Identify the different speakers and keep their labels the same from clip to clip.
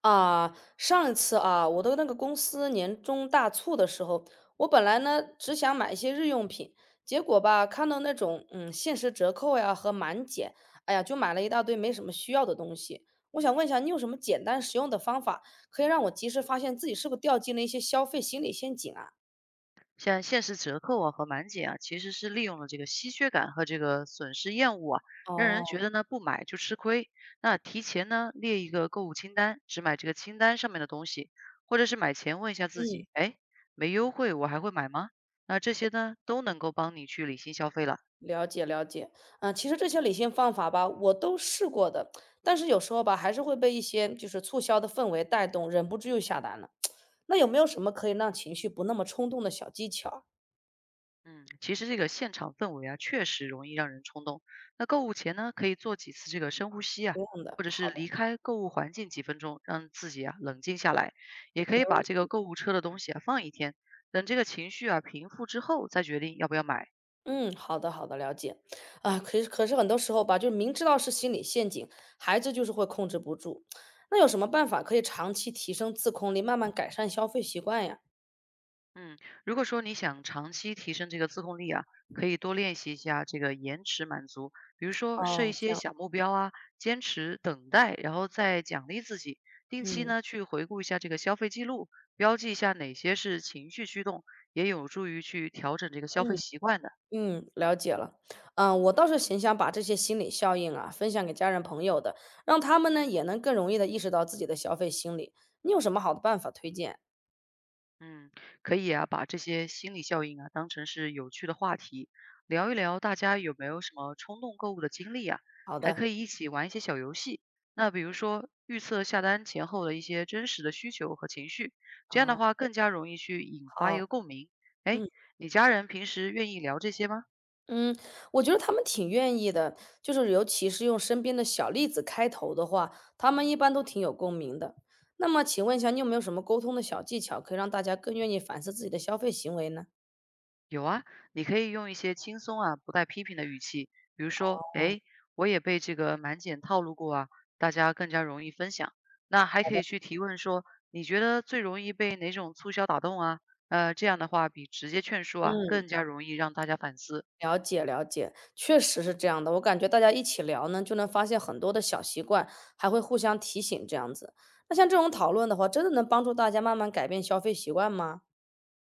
Speaker 1: 啊，上一次啊，我的那个公司年终大促的时候，我本来呢只想买一些日用品，结果吧，看到那种限时折扣呀和满减，哎呀，就买了一大堆没什么需要的东西。我想问一下，你有什么简单实用的方法，可以让我及时发现自己是不是掉进了一些消费心理陷阱啊？
Speaker 2: 像限时折扣啊和满减啊，其实是利用了这个稀缺感和这个损失厌恶啊，让人觉
Speaker 1: 哦。
Speaker 2: 得呢不买就吃亏。那提前呢列一个购物清单，只买这个清单上面的东西，或者是买前问一下自
Speaker 1: 嗯。
Speaker 2: 己，哎，没优惠我还会买吗？那这些呢都能够帮你去理性消费了。
Speaker 1: 了解了解。嗯，其实这些理性方法吧，我都试过的，但是有时候吧，还是会被一些就是促销的氛围带动，忍不住又下单了。那有没有什么可以让情绪不那么冲动的小技巧？
Speaker 2: 嗯，其实这个现场氛围啊，确实容易让人冲动。那购物前呢，可以做几次这个深呼吸
Speaker 1: 不
Speaker 2: 啊，
Speaker 1: 这样的，
Speaker 2: 或者是
Speaker 1: 好的，
Speaker 2: 离开购物环境几分钟，让自己啊冷静下来。也可以
Speaker 1: 没问
Speaker 2: 把这
Speaker 1: 题。
Speaker 2: 个购物车的东西啊放一天，等这个情绪啊平复之后再决定要不要买。
Speaker 1: 嗯，好的好的，了解。啊，可是很多时候吧，就是明知道是心理陷阱，孩子就是会控制不住。那有什么办法可以长期提升自控力，慢慢改善消费习惯呀？
Speaker 2: 嗯，如果说你想长期提升这个自控力啊，可以多练习一下这个延迟满足，比如说设一
Speaker 1: 哦，这
Speaker 2: 些
Speaker 1: 样。
Speaker 2: 小目标啊，坚持等待，然后再奖励自己。定期
Speaker 1: 嗯
Speaker 2: 呢去回顾一下这个消费记录，标记一下哪些是情绪驱动，也有助于去调整这个消费
Speaker 1: 嗯
Speaker 2: 习惯的。
Speaker 1: 嗯，了解了。嗯，我倒是挺想把这些心理效应啊，分享给家人朋友的，让他们呢也能更容易的意识到自己的消费心理。你有什么好的办法推荐？
Speaker 2: 嗯，可以啊，把这些心理效应啊当成是有趣的话题，聊一聊大家有没有什么冲动购物的经历啊，
Speaker 1: 好
Speaker 2: 还
Speaker 1: 的。
Speaker 2: 可以一起玩一些小游戏。那比如说预测下单前后的一些真实的需求和情绪，这样的
Speaker 1: 啊，
Speaker 2: 话更加容易去引发一
Speaker 1: 好。
Speaker 2: 个共鸣。哎，
Speaker 1: 嗯。
Speaker 2: 你家人平时愿意聊这些吗？
Speaker 1: 嗯，我觉得他们挺愿意的，就是尤其是用身边的小例子开头的话，他们一般都挺有共鸣的。那么请问一下，你有没有什么沟通的小技巧，可以让大家更愿意反思自己的消费行为呢？
Speaker 2: 有啊，你可以用一些轻松啊、不带批评的语气，比如说，哎，我也被这个满减套路过啊，大家更加容易分享。那还
Speaker 1: 好
Speaker 2: 可
Speaker 1: 的。
Speaker 2: 以去提问说，你觉得最容易被哪种促销打动啊？这样的话比直接劝说啊
Speaker 1: 嗯，
Speaker 2: 更加容易让大家反思。
Speaker 1: 了解了解，确实是这样的。我感觉大家一起聊呢，就能发现很多的小习惯，还会互相提醒这样子。那像这种讨论的话，真的能帮助大家慢慢改变消费习惯吗？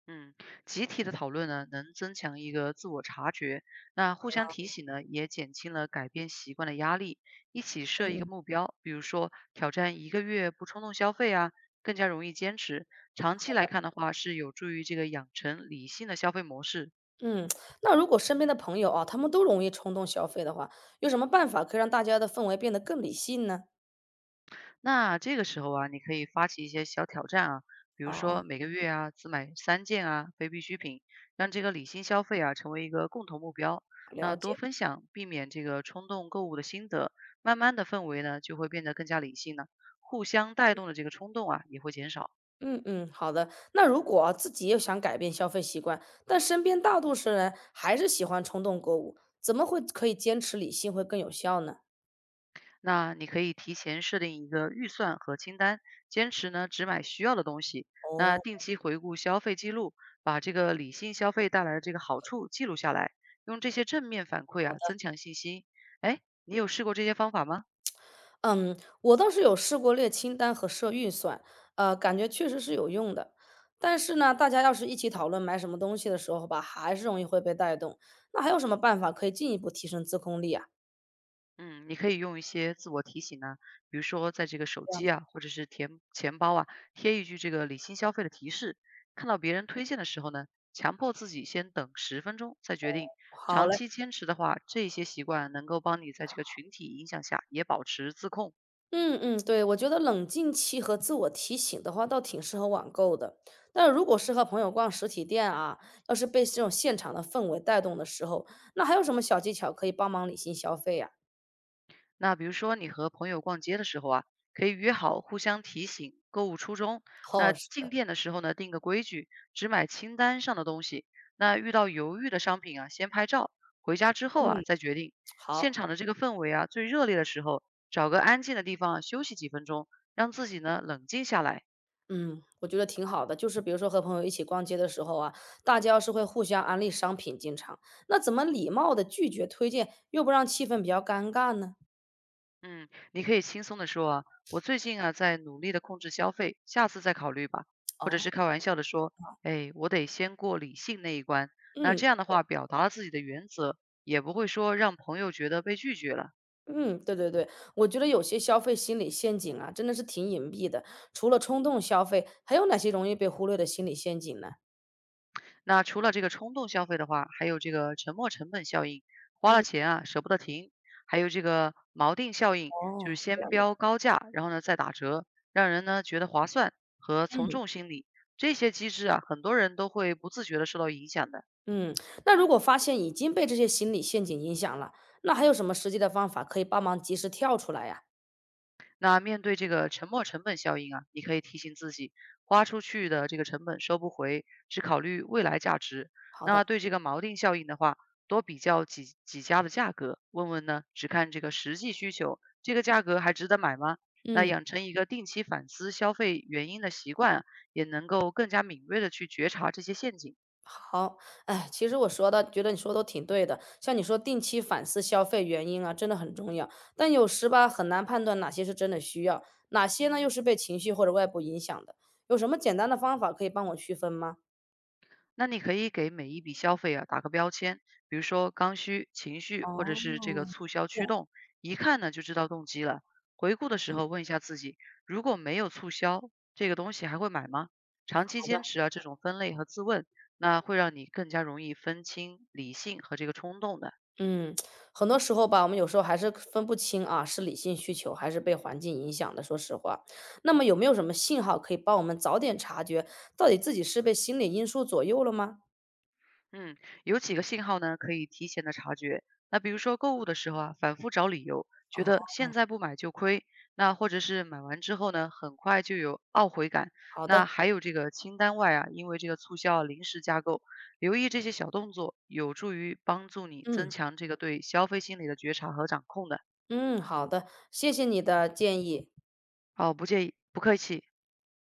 Speaker 2: 嗯，集体的讨论呢，能增强一个自我察觉，那互相提醒呢，也减轻了改变习惯的压力。一起设
Speaker 1: 嗯
Speaker 2: 一个
Speaker 1: 嗯
Speaker 2: 目标，比如说挑战一个月不冲动消费啊，更加容易坚持。长期来看的话，是有助于这个养成理性的消费模式。
Speaker 1: 嗯，那如果身边的朋友啊，他们都容易冲动消费的话，有什么办法可以让大家的氛围变得更理性呢？
Speaker 2: 那这个时候啊，你可以发起一些小挑战啊，比如
Speaker 1: 哦。
Speaker 2: 说每个月啊只买三件啊非必需品，让这个理性消费啊成为一个共同目标。那
Speaker 1: 了
Speaker 2: 多
Speaker 1: 解。
Speaker 2: 分享，避免这个冲动购物的心得，慢慢的氛围呢就会变得更加理性了，互相带动的这个冲动啊也会减少。
Speaker 1: 嗯嗯，好的。那如果啊自己又想改变消费习惯，但身边大多数人还是喜欢冲动购物，怎么会可以坚持理性会更有效呢？
Speaker 2: 那你可以提前设定一个预算和清单，坚持呢只买需要的东西。那
Speaker 1: 哦。
Speaker 2: 定期回顾消费记录，把这个理性消费带来的这个好处记录下来，用这些正面反馈啊增强信心。哎，你有试过这些方法吗？
Speaker 1: 嗯，我倒是有试过列清单和设预算，感觉确实是有用的。但是呢，大家要是一起讨论买什么东西的时候吧，还是容易会被带动。那还有什么办法可以进一步提升自控力啊？
Speaker 2: 嗯，你可以用一些自我提醒呢，比如说在这个手
Speaker 1: 这样
Speaker 2: 机
Speaker 1: 的。
Speaker 2: 啊，或者是钱包啊，贴一句这个理性消费的提示。看到别人推荐的时候呢，强迫自己先等10分钟再决定。
Speaker 1: 好
Speaker 2: 长
Speaker 1: 嘞。
Speaker 2: 期坚持的话，这些习惯能够帮你在这个群体影响下也保持自控。
Speaker 1: 嗯嗯，对，我觉得冷静期和自我提醒的话，倒挺适合网购的。但如果是和朋友逛实体店啊，要是被这种现场的氛围带动的时候，那还有什么小技巧可以帮忙理性消费呀、
Speaker 2: 那比如说你和朋友逛街的时候啊，可以约好互相提醒购物初衷。
Speaker 1: 哦，
Speaker 2: 那
Speaker 1: 是
Speaker 2: 进
Speaker 1: 的，
Speaker 2: 店的时候呢，定个规矩，只买清单上的东西。那遇到犹豫的商品啊，先拍照，回家之后啊
Speaker 1: 嗯，
Speaker 2: 再决定。现
Speaker 1: 好。
Speaker 2: 场的这个氛围啊，最热烈的时候，找个安静的地方啊休息几分钟，让自己呢冷静下来。
Speaker 1: 嗯，我觉得挺好的。就是比如说和朋友一起逛街的时候啊，大家要是会互相安利商品，进场，那怎么礼貌的拒绝推荐，又不让气氛比较尴尬呢？
Speaker 2: 嗯，你可以轻松的说啊，我最近啊在努力的控制消费，下次再考虑吧。或者
Speaker 1: 哦。
Speaker 2: 是开玩笑的说，哎，我得先过理性那一关。那
Speaker 1: 嗯
Speaker 2: 这样的话，表达了自己的原则，也不会说让朋友觉得被拒绝了。
Speaker 1: 嗯，对对对，我觉得有些消费心理陷阱啊，真的是挺隐蔽的。除了冲动消费，还有哪些容易被忽略的心理陷阱呢？
Speaker 2: 那除了这个冲动消费的话，还有这个沉没成本效应，花了
Speaker 1: 嗯。
Speaker 2: 钱啊舍不得停，还有这个锚定效应，就是
Speaker 1: 哦，这
Speaker 2: 先
Speaker 1: 样的。
Speaker 2: 标高价，然后呢再打折，让人呢觉得划算和从
Speaker 1: 嗯
Speaker 2: 众心理。这些机制啊，很多人都会不自觉的受到影响的。
Speaker 1: 嗯。那如果发现已经被这些心理陷阱影响了，那还有什么实际的方法可以帮忙及时跳出来呀？
Speaker 2: 那面对这个沉没成本效应啊，你可以提醒自己，花出去的这个成本收不回，只考虑未来价值。
Speaker 1: 好
Speaker 2: 那
Speaker 1: 的。
Speaker 2: 对这个锚定效应的话，多比较几家的价格，问问呢，只看这个实际需求，这个价格还值得买吗？那
Speaker 1: 嗯。
Speaker 2: 养成一个定期反思消费原因的习惯啊也能够更加敏锐的去觉察这些陷阱。
Speaker 1: 好。哎，其实我说的，觉得你说的都挺对的。像你说定期反思消费原因啊，真的很重要。但有时吧，很难判断哪些是真的需要，哪些呢又是被情绪或者外部影响的。有什么简单的方法可以帮我区分吗？
Speaker 2: 那你可以给每一笔消费啊打个标签，比如说刚需、情绪或者
Speaker 1: 哦，
Speaker 2: 是这个促销
Speaker 1: 这
Speaker 2: 驱
Speaker 1: 样。
Speaker 2: 动，一看呢就知道动机了。回顾的时候问一下自己，如果没有促销，这个东西还会买吗？长期
Speaker 1: 好
Speaker 2: 坚
Speaker 1: 的。
Speaker 2: 持啊这种分类和自问，那会让你更加容易分清理性和这个冲动的。
Speaker 1: 嗯，很多时候吧，我们有时候还是分不清啊，是理性需求还是被环境影响的。说实话，那么有没有什么信号可以帮我们早点察觉，到底自己是被心理因素左右了吗？
Speaker 2: 嗯，有几个信号呢，可以提前的察觉。那比如说购物的时候啊，反复找理由，
Speaker 1: 哦。
Speaker 2: 觉得现在不买就亏，那或者是买完之后呢，很快就有懊悔感。
Speaker 1: 好
Speaker 2: 那
Speaker 1: 的。
Speaker 2: 还有这个清单外啊，因为这个促销啊临时加购，留意这些小动作，有助于帮助你增
Speaker 1: 嗯。
Speaker 2: 强这个对消费心理的觉察和掌控的。
Speaker 1: 嗯，好的，谢谢你的建议。
Speaker 2: 好，不介意，不客气。